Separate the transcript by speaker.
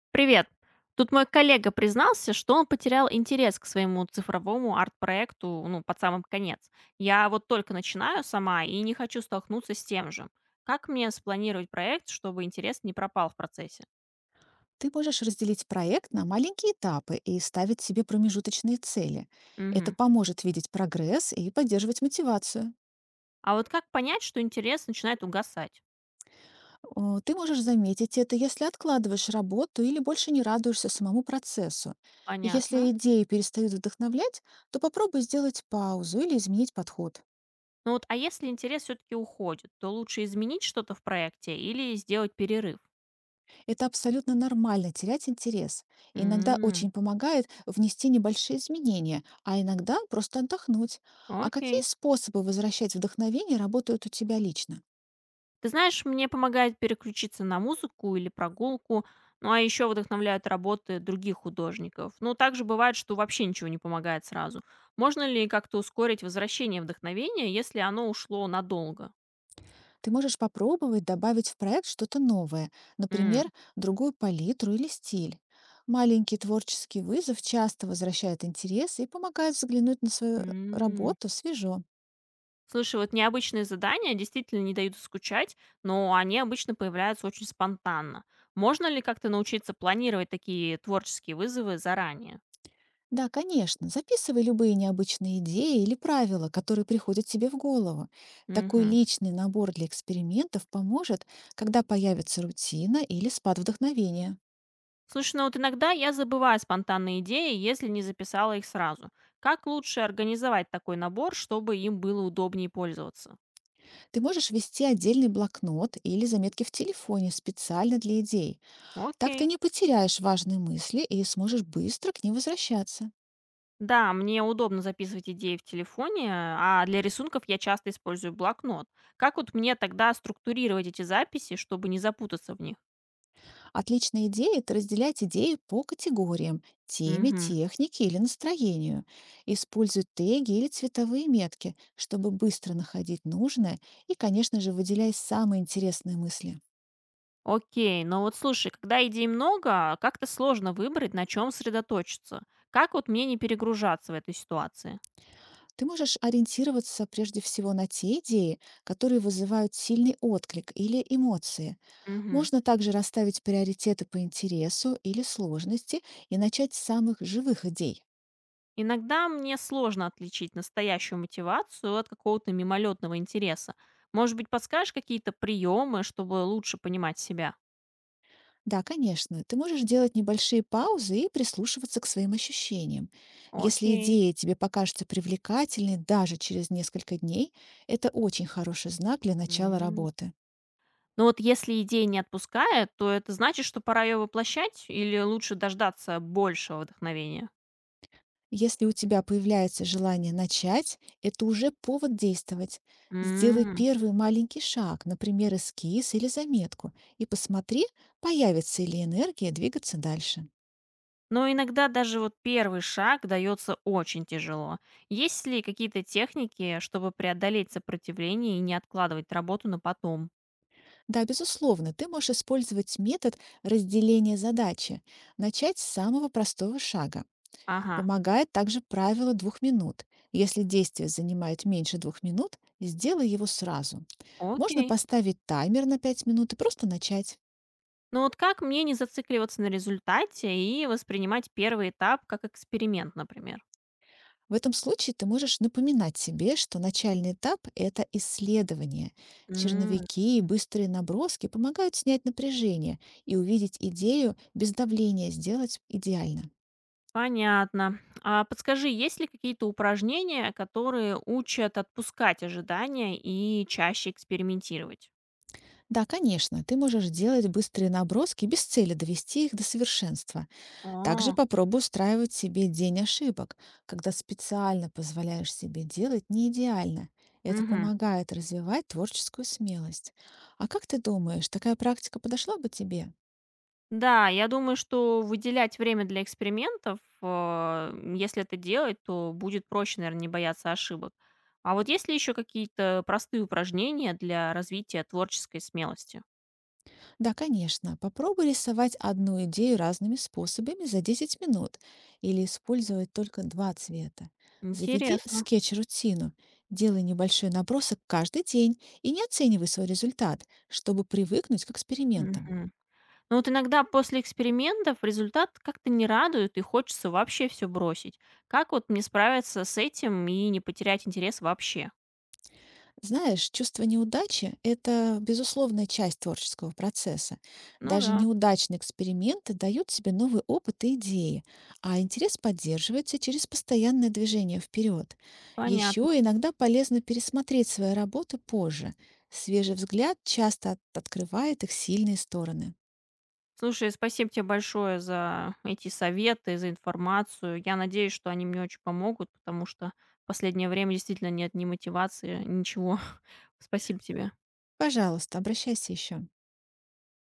Speaker 1: Привет. Тут мой коллега признался, что он потерял интерес к своему цифровому арт-проекту, ну, под самым конец. Я вот только начинаю сама и не хочу столкнуться с тем же. Как мне спланировать проект, чтобы интерес не пропал в процессе?
Speaker 2: Ты можешь разделить проект на маленькие этапы и ставить себе промежуточные цели. Это
Speaker 1: Мгм.
Speaker 2: поможет видеть прогресс и поддерживать мотивацию.
Speaker 1: А вот как понять, что интерес начинает угасать?
Speaker 2: О, ты можешь заметить это, если откладываешь работу или больше не радуешься самому процессу. И
Speaker 1: Понятно.
Speaker 2: если идеи перестают вдохновлять, то попробуй сделать паузу или изменить подход.
Speaker 1: Ну вот, а если интерес все-таки уходит, то лучше изменить что-то в проекте или сделать перерыв?
Speaker 2: Это абсолютно нормально терять интерес. И иногда
Speaker 1: М,
Speaker 2: очень помогает внести небольшие изменения, а иногда просто отдохнуть. А какие
Speaker 1: окей.
Speaker 2: способы возвращать вдохновение работают у тебя лично?
Speaker 1: Ты знаешь, мне помогает переключиться на музыку или прогулку, ну а еще вдохновляют работы других художников. Ну, также бывает, что вообще ничего не помогает сразу. Можно ли как-то ускорить возвращение вдохновения, если оно ушло надолго?
Speaker 2: Ты можешь попробовать добавить в проект что-то новое, например,
Speaker 1: М.
Speaker 2: другую палитру или стиль. Маленький творческий вызов часто возвращает интерес и помогает взглянуть на свою
Speaker 1: М,
Speaker 2: работу свежо.
Speaker 1: слушай, вот необычные задания действительно не дают скучать, но они обычно появляются очень спонтанно. Можно ли как-то научиться планировать такие творческие вызовы заранее?
Speaker 2: Да, конечно, записывай любые необычные идеи или правила, которые приходят тебе в голову. Такой
Speaker 1: Мгм.
Speaker 2: личный набор для экспериментов поможет, когда появится рутина или спад вдохновения.
Speaker 1: Слушай, ну вот иногда я забываю спонтанные идеи, если не записала их сразу. Как лучше организовать такой набор, чтобы им было удобнее пользоваться?
Speaker 2: Ты можешь вести отдельный блокнот или заметки в телефоне специально для идей. Так ты
Speaker 1: Окей.
Speaker 2: не потеряешь важные мысли и сможешь быстро к ним возвращаться.
Speaker 1: Да, мне удобно записывать идеи в телефоне, а для рисунков я часто использую блокнот. Как вот мне тогда структурировать эти записи, чтобы не запутаться в них?
Speaker 2: Отличная идея– это разделять идеи по категориям– теме,
Speaker 1: Угу.
Speaker 2: технике или настроению. Используй теги или цветовые метки, чтобы быстро находить нужное и, конечно же, выделяй самые интересные мысли.
Speaker 1: Окей, но вот слушай, когда идей много, как-то сложно выбрать, на чем сосредоточиться. Как вот мне не перегружаться в этой ситуации?
Speaker 2: Ты можешь ориентироваться прежде всего на те идеи, которые вызывают сильный отклик или эмоции.
Speaker 1: Угу.
Speaker 2: Можно также расставить приоритеты по интересу или сложности и начать с самых живых идей.
Speaker 1: Иногда мне сложно отличить настоящую мотивацию от какого-то мимолетного интереса. Может быть, подскажешь какие-то приемы, чтобы лучше понимать себя?
Speaker 2: Да, конечно. Ты можешь делать небольшие паузы и прислушиваться к своим ощущениям. Если
Speaker 1: Окей.
Speaker 2: идея тебе покажется привлекательной даже через несколько дней, это очень хороший знак для начала
Speaker 1: М.
Speaker 2: работы.
Speaker 1: Но вот если идея не отпускает, то это значит, что пора ее воплощать или лучше дождаться большего вдохновения?
Speaker 2: Если у тебя появляется желание начать, это уже повод действовать. Сделай
Speaker 1: М.
Speaker 2: первый маленький шаг, например, эскиз или заметку, и посмотри, появится ли энергия двигаться дальше.
Speaker 1: Но иногда даже вот первый шаг дается очень тяжело. Есть ли какие-то техники, чтобы преодолеть сопротивление и не откладывать работу на потом?
Speaker 2: Да, безусловно, ты можешь использовать метод разделения задачи. Начать с самого простого шага.
Speaker 1: Ага,
Speaker 2: Помогает также правило 2 минут. Если действие занимает меньше 2 минут, сделай его сразу. Можно
Speaker 1: окей.
Speaker 2: поставить таймер на 5 минут и просто начать.
Speaker 1: Но вот как мне не зацикливаться на результате и воспринимать первый этап как эксперимент, например?
Speaker 2: В этом случае ты можешь напоминать себе, что начальный этап– это исследование.
Speaker 1: М.
Speaker 2: Черновики и быстрые наброски помогают снять напряжение и увидеть идею без давления сделать идеально.
Speaker 1: Понятно. А подскажи, есть ли какие-то упражнения, которые учат отпускать ожидания и чаще экспериментировать?
Speaker 2: Да, конечно, ты можешь делать быстрые наброски без цели довести их до совершенства. Также
Speaker 1: О,
Speaker 2: попробуй устраивать себе день ошибок, когда специально позволяешь себе делать не идеально. Это
Speaker 1: мгм.
Speaker 2: помогает развивать творческую смелость. А как ты думаешь, такая практика подошла бы тебе?
Speaker 1: Да, я думаю, что выделять время для экспериментов, если это делать, то будет проще, наверное, не бояться ошибок. А вот есть ли еще какие-то простые упражнения для развития творческой смелости?
Speaker 2: Да, конечно. Попробуй рисовать одну идею разными способами за 10 минут или использовать только два цвета. Заведи
Speaker 1: Интересно.
Speaker 2: скетч-рутину, делай небольшой набросок каждый день и не оценивай свой результат, чтобы привыкнуть к экспериментам.
Speaker 1: Мгм. Ну вот иногда после экспериментов результат как-то не радует и хочется вообще все бросить. Как вот мне справиться с этим и не потерять интерес вообще?
Speaker 2: Знаешь, чувство неудачи– это безусловная часть творческого процесса.
Speaker 1: Ну
Speaker 2: Даже
Speaker 1: да,
Speaker 2: неудачные эксперименты дают себе новый опыт и идеи, а интерес поддерживается через постоянное движение вперед. Еще
Speaker 1: понятно.
Speaker 2: иногда полезно пересмотреть свои работы позже. Свежий взгляд часто открывает их сильные стороны.
Speaker 1: Слушай, спасибо тебе большое за эти советы, за информацию. Я надеюсь, что они мне очень помогут, потому что в последнее время действительно нет ни мотивации, ничего. Спасибо тебе.
Speaker 2: Пожалуйста, обращайся еще.